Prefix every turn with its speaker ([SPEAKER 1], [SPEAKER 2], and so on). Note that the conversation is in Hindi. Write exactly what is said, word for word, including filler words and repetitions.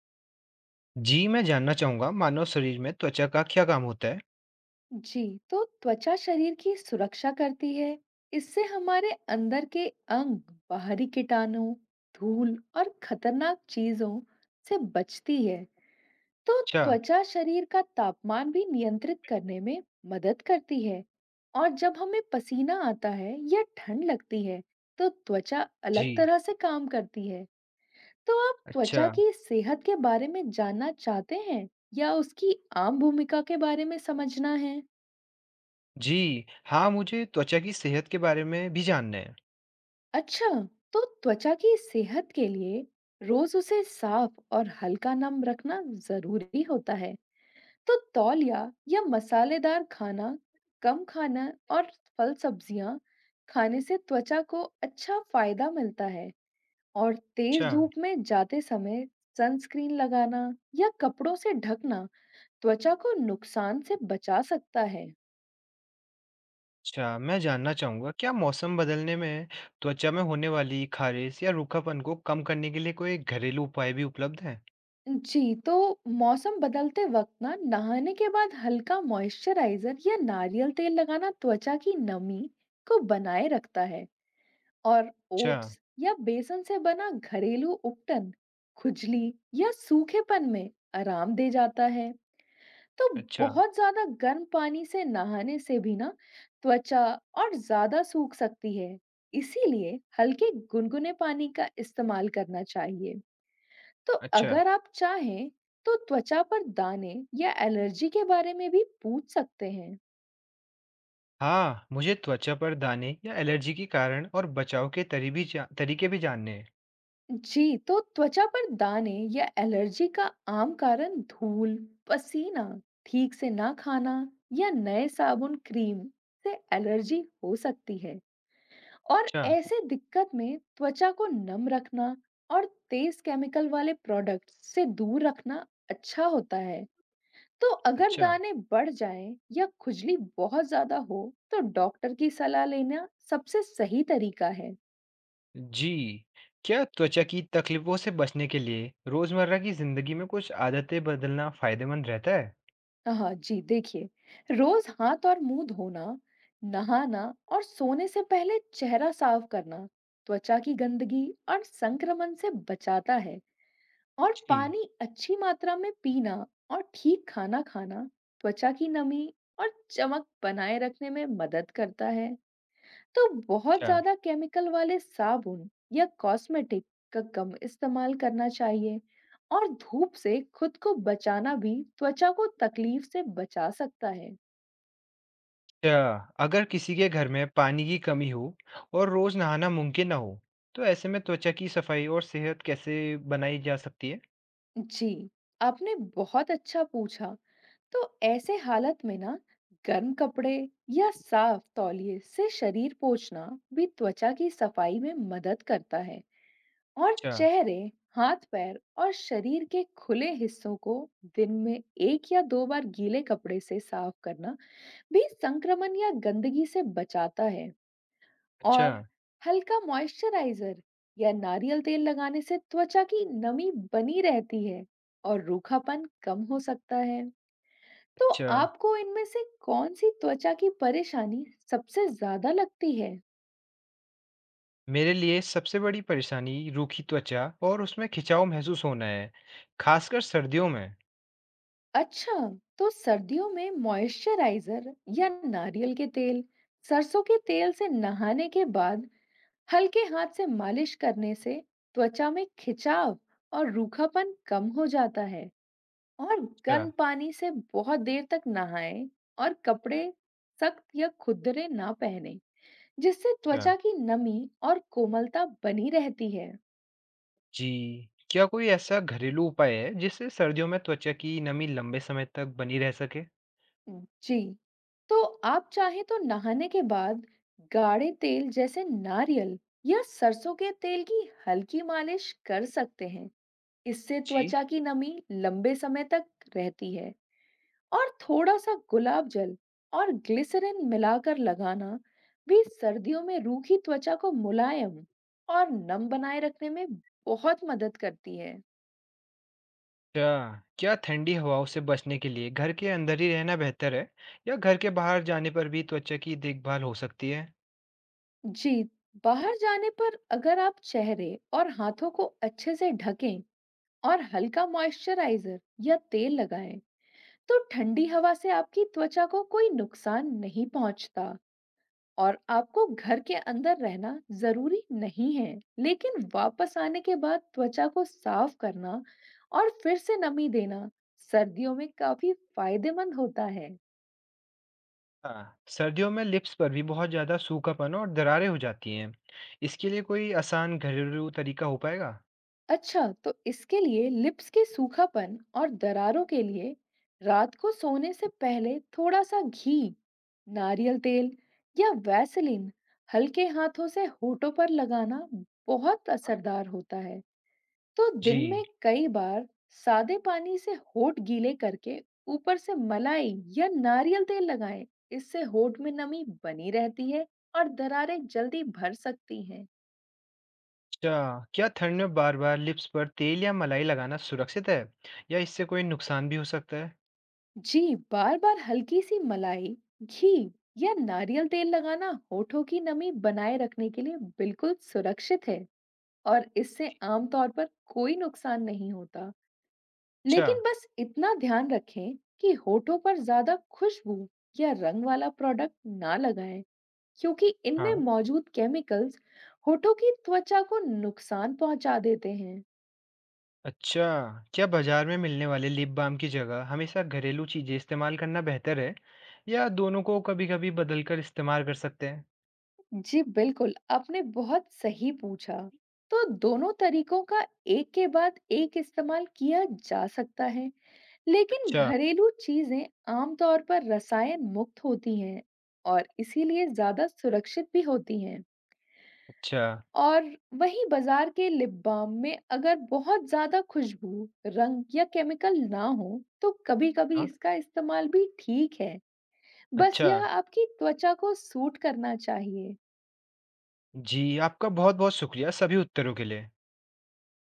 [SPEAKER 1] जी, मैं जानना चाहूँगा मानव शरीर में त्वचा का क्या काम होता है?
[SPEAKER 2] जी। तो त्वचा शरीर की सुरक्षा करती है। इससे हमारे अंदर के अंग बाहरी कीटाणु, धूल और खतरनाक चीजों से बचती है। तो
[SPEAKER 1] अच्छा।
[SPEAKER 2] त्वचा शरीर का तापमान भी नियंत्रित करने में मदद करती है। और जब हमें पसीना आता है या ठंड लगती है, तो त्वचा अलग
[SPEAKER 1] जी।
[SPEAKER 2] तरह से काम करती है। तो आप त्वचा
[SPEAKER 1] अच्छा।
[SPEAKER 2] की सेहत के बारे में जानना चाहते हैं या उसकी आम भूमिका के बारे में समझना है?
[SPEAKER 1] जी। हाँ, मुझे त्वचा की सेहत के बारे में भी जानना है।
[SPEAKER 2] अच्छा, तो त्वचा की सेहत के लिए रोज उसे साफ और हल्का नम रखना जरूरी होता है। तो तौलिया या मसालेदार खाना कम खाना और फल-सब्जियां खाने से त्वचा को अच्छा फायदा मिलता है। और तेज
[SPEAKER 1] अच्छा।
[SPEAKER 2] धूप में जाते समय सनस्क्रीन लगाना या कपड़ों से ढकना त्वचा को नुकसान से बचा सकता है।
[SPEAKER 1] अच्छा, मैं जानना चाहूँगा क्या मौसम बदलने में त्वचा में होने वाली ख़ारिश या रूखापन को कम करने के लिए कोई घरेलू उपाय भी उपलब्ध हैं?
[SPEAKER 2] जी, तो मौसम बदलते वक्त ना नहाने के बाद हल्का मॉइस्चराइज़र या नारियल तेल लगाना त्वचा की नमी को बनाए रखता है। और
[SPEAKER 1] अच्छा।
[SPEAKER 2] ओट्स या बेसन से बना घरेलू उपटन खुजली या सूखेपन में आराम दे जाता है। तो
[SPEAKER 1] अच्छा।
[SPEAKER 2] बहुत ज्यादा गर्म पानी से नहाने से भी ना त्वचा और ज्यादा सूख सकती है। इसीलिए हल्के गुनगुने पानी का इस्तेमाल करना चाहिए। तो
[SPEAKER 1] अच्छा।
[SPEAKER 2] अगर आप चाहें तो त्वचा पर दाने या एलर्जी के बारे में भी पूछ सकते हैं।
[SPEAKER 1] हाँ, मुझे त्वचा पर दाने या एलर्जी के कारण और बचाव के तरी भी जा तरीके भी जानने हैं।
[SPEAKER 2] जी, तो त्वचा पर दाने या एलर्जी का आम कारण धूल, पसीना, ठीक से ना खाना या नए साबुन क्रीम से एलर्जी हो सकती है। और
[SPEAKER 1] अच्छा।
[SPEAKER 2] ऐसे दिक्कत में त्वचा को नम रखना और तेज केमिकल वाले प्रोडक्ट से दूर रखना अच्छा होता है। तो अगर
[SPEAKER 1] अच्छा।
[SPEAKER 2] दाने बढ़ जाएं या खुजली बहुत ज्यादा हो, तो डॉक्टर की सलाह लेना सबसे सही तरीका है।
[SPEAKER 1] जी, क्या त्वचा की तकलीफों से बचने के लिए रोजमर्रा की जिंदगी में कुछ आदतें बदलना फायदेमंद रहता है?
[SPEAKER 2] हाँ जी, देखिए, रोज हाथ और मुंह धोना, नहाना और सोने से पहले चेहरा साफ करना त्वचा की गंदगी और संक्रमण से बचाता है। और
[SPEAKER 1] जी।
[SPEAKER 2] पानी अच्छी मात्रा में पीना और ठीक खाना खाना त्वचा की नमी और चमक बनाए रखने में मदद करता है। तो बहुत
[SPEAKER 1] अच्छा।
[SPEAKER 2] ज्यादा केमिकल वाले साबुन या कॉस्मेटिक का कम इस्तेमाल करना चाहिए। और धूप से खुद को बचाना भी त्वचा को तकलीफ से बचा सकता है।
[SPEAKER 1] अच्छा, अगर किसी के घर में पानी की कमी हो और रोज नहाना मुमकिन ना हो, तो ऐसे में त्वचा की सफाई और सेहत कैसे बनाई जा सकती है?
[SPEAKER 2] जी, आपने बहुत अच्छा पूछा। तो ऐसे हालत में ना गर्म कपड़े या साफ तौलिए से शरीर पोंछना भी त्वचा की सफाई में मदद करता है। और
[SPEAKER 1] अच्छा।
[SPEAKER 2] चेहरे, हाथ-पैर और शरीर के खुले हिस्सों को दिन में एक या दो बार गीले कपड़े से साफ करना भी संक्रमण या गंदगी से बचाता है।
[SPEAKER 1] अच्छा।
[SPEAKER 2] और हल्का मॉइस्चराइज़र या नारियल तेल लगाने से त्वचा की नमी बनी रहती है और रूखापन कम हो सकता है। तो
[SPEAKER 1] अच्छा।
[SPEAKER 2] आपको इनमें से कौन-सी त्वचा की परेशानी सबसे ज़्यादा लगती है?
[SPEAKER 1] मेरे लिए सबसे बड़ी परेशानी रूखी त्वचा और उसमें खिंचाव महसूस होना है, खासकर सर्दियों में।
[SPEAKER 2] अच्छा, तो सर्दियों में मॉइस्चराइजर या नारियल के तेल, सरसों के तेल से नहाने के बाद हल्के हाथ से मालिश करने से त्वचा में खिंचाव और रूखापन कम हो जाता है। और
[SPEAKER 1] अच्छा।
[SPEAKER 2] गर्म पानी से बहुत देर तक नहाएं और कपड़े सख्त या खुरदरे ना पहने, जिससे
[SPEAKER 1] अच्छा।
[SPEAKER 2] त्वचा की नमी और कोमलता बनी रहती है।
[SPEAKER 1] जी। क्या कोई ऐसा घरेलू उपाय है जिससे सर्दियों में त्वचा की नमी लंबे समय तक बनी रह सके?
[SPEAKER 2] जी, तो आप चाहें तो नहाने के बाद गाढ़े तेल जैसे नारियल या सरसों के तेल की हल्की मालिश कर सकते हैं। इससे
[SPEAKER 1] जी।
[SPEAKER 2] त्वचा की नमी लंबे समय तक रहती है। और थोड़ा सा गुलाब जल और ग्लिसरिन मिलाकर लगाना भी सर्दियों में रूखी त्वचा को मुलायम और नम बनाए रखने में बहुत मदद करती है।
[SPEAKER 1] अच्छा, क्या ठंडी हवाओं से बचने के लिए घर के अंदर ही रहना बेहतर है या घर के बाहर जाने पर भी त्वचा की देखभाल हो सकती है?
[SPEAKER 2] जी, बाहर जाने पर अगर आप चेहरे और हाथों को अच्छे से ढकें और हल्का मॉइस्चराइजर या तेल लगाएं, तो ठंडी हवा से आपकी त्वचा को कोई नुकसान नहीं पहुंचता। और आपको घर के अंदर रहना जरूरी नहीं है, लेकिन वापस आने के बाद त्वचा को साफ करना और फिर से नमी देना सर्दियों में काफी फायदेमंद होता है।
[SPEAKER 1] हाँ, सर्दियों में लिप्स पर भी बहुत ज़्यादा सूखापन और दरारें हो जाती हैं। इसके लिए कोई आसान घरेलू तरीका हो पाएगा?
[SPEAKER 2] अच्छा, तो इसके लिए लिप्स के सूखापन और दरारों के लिए रात को सोने से पहले थोड़ा सा घी, नारियल तेल या वैसलीन हल्के हाथों से होठों पर लगाना बहुत असरदार होता है। तो
[SPEAKER 1] जी।
[SPEAKER 2] दिन में कई बार सादे पानी से होठ गीले करके ऊपर से मलाई या नारियल तेल लगाएं। इससे होठ में नमी बनी रहती है और दरारें जल्दी भर सकती हैं।
[SPEAKER 1] अच्छा, क्या ठंड में बार-बार लिप्स पर तेल या मलाई लगाना सुरक्षित है या इससे कोई नुकसान भी हो सकता है?
[SPEAKER 2] जी, बार बार हल्की सी मलाई, घी या नारियल तेल लगाना होठों की नमी बनाए रखने के लिए बिल्कुल सुरक्षित है। और इससे आमतौर पर कोई नुकसान नहीं होता।
[SPEAKER 1] अच्छा।
[SPEAKER 2] लेकिन बस इतना ध्यान रखें कि होठों पर ज्यादा खुशबू या रंग वाला प्रोडक्ट ना लगाएं, क्योंकि इनमें
[SPEAKER 1] हाँ।
[SPEAKER 2] मौजूद केमिकल्स होठों की त्वचा को नुकसान पहुंचा देते हैं।
[SPEAKER 1] अच्छा, क्या बाजार में मिलने वाले लिप बाम की जगह हमेशा घरेलू चीजें इस्तेमाल करना बेहतर है या दोनों को कभी-कभी बदलकर इस्तेमाल कर सकते हैं?
[SPEAKER 2] जी बिल्कुल, आपने बहुत सही पूछा। तो दोनों तरीकों का एक के बाद एक इस्तेमाल किया जा सकता है, लेकिन
[SPEAKER 1] अच्छा।
[SPEAKER 2] घरेलू चीजें आमतौर पर रसायन मुक्त होती हैं और इसीलिए ज़्यादा सुरक्षित भी होती हैं।
[SPEAKER 1] अच्छा।
[SPEAKER 2] और वहीं बाजार के लिप बाम में अगर बहुत ज़्यादा खुशबू, रंग या केमिकल ना हो, तो कभी-कभी
[SPEAKER 1] हाँ।
[SPEAKER 2] इसका इस्तेमाल भी ठीक है। बस
[SPEAKER 1] अच्छा।
[SPEAKER 2] यह आपकी त्वचा को सूट करना चाहिए।
[SPEAKER 1] जी, आपका बहुत-बहुत शुक्रिया सभी उत्तरों के लिए।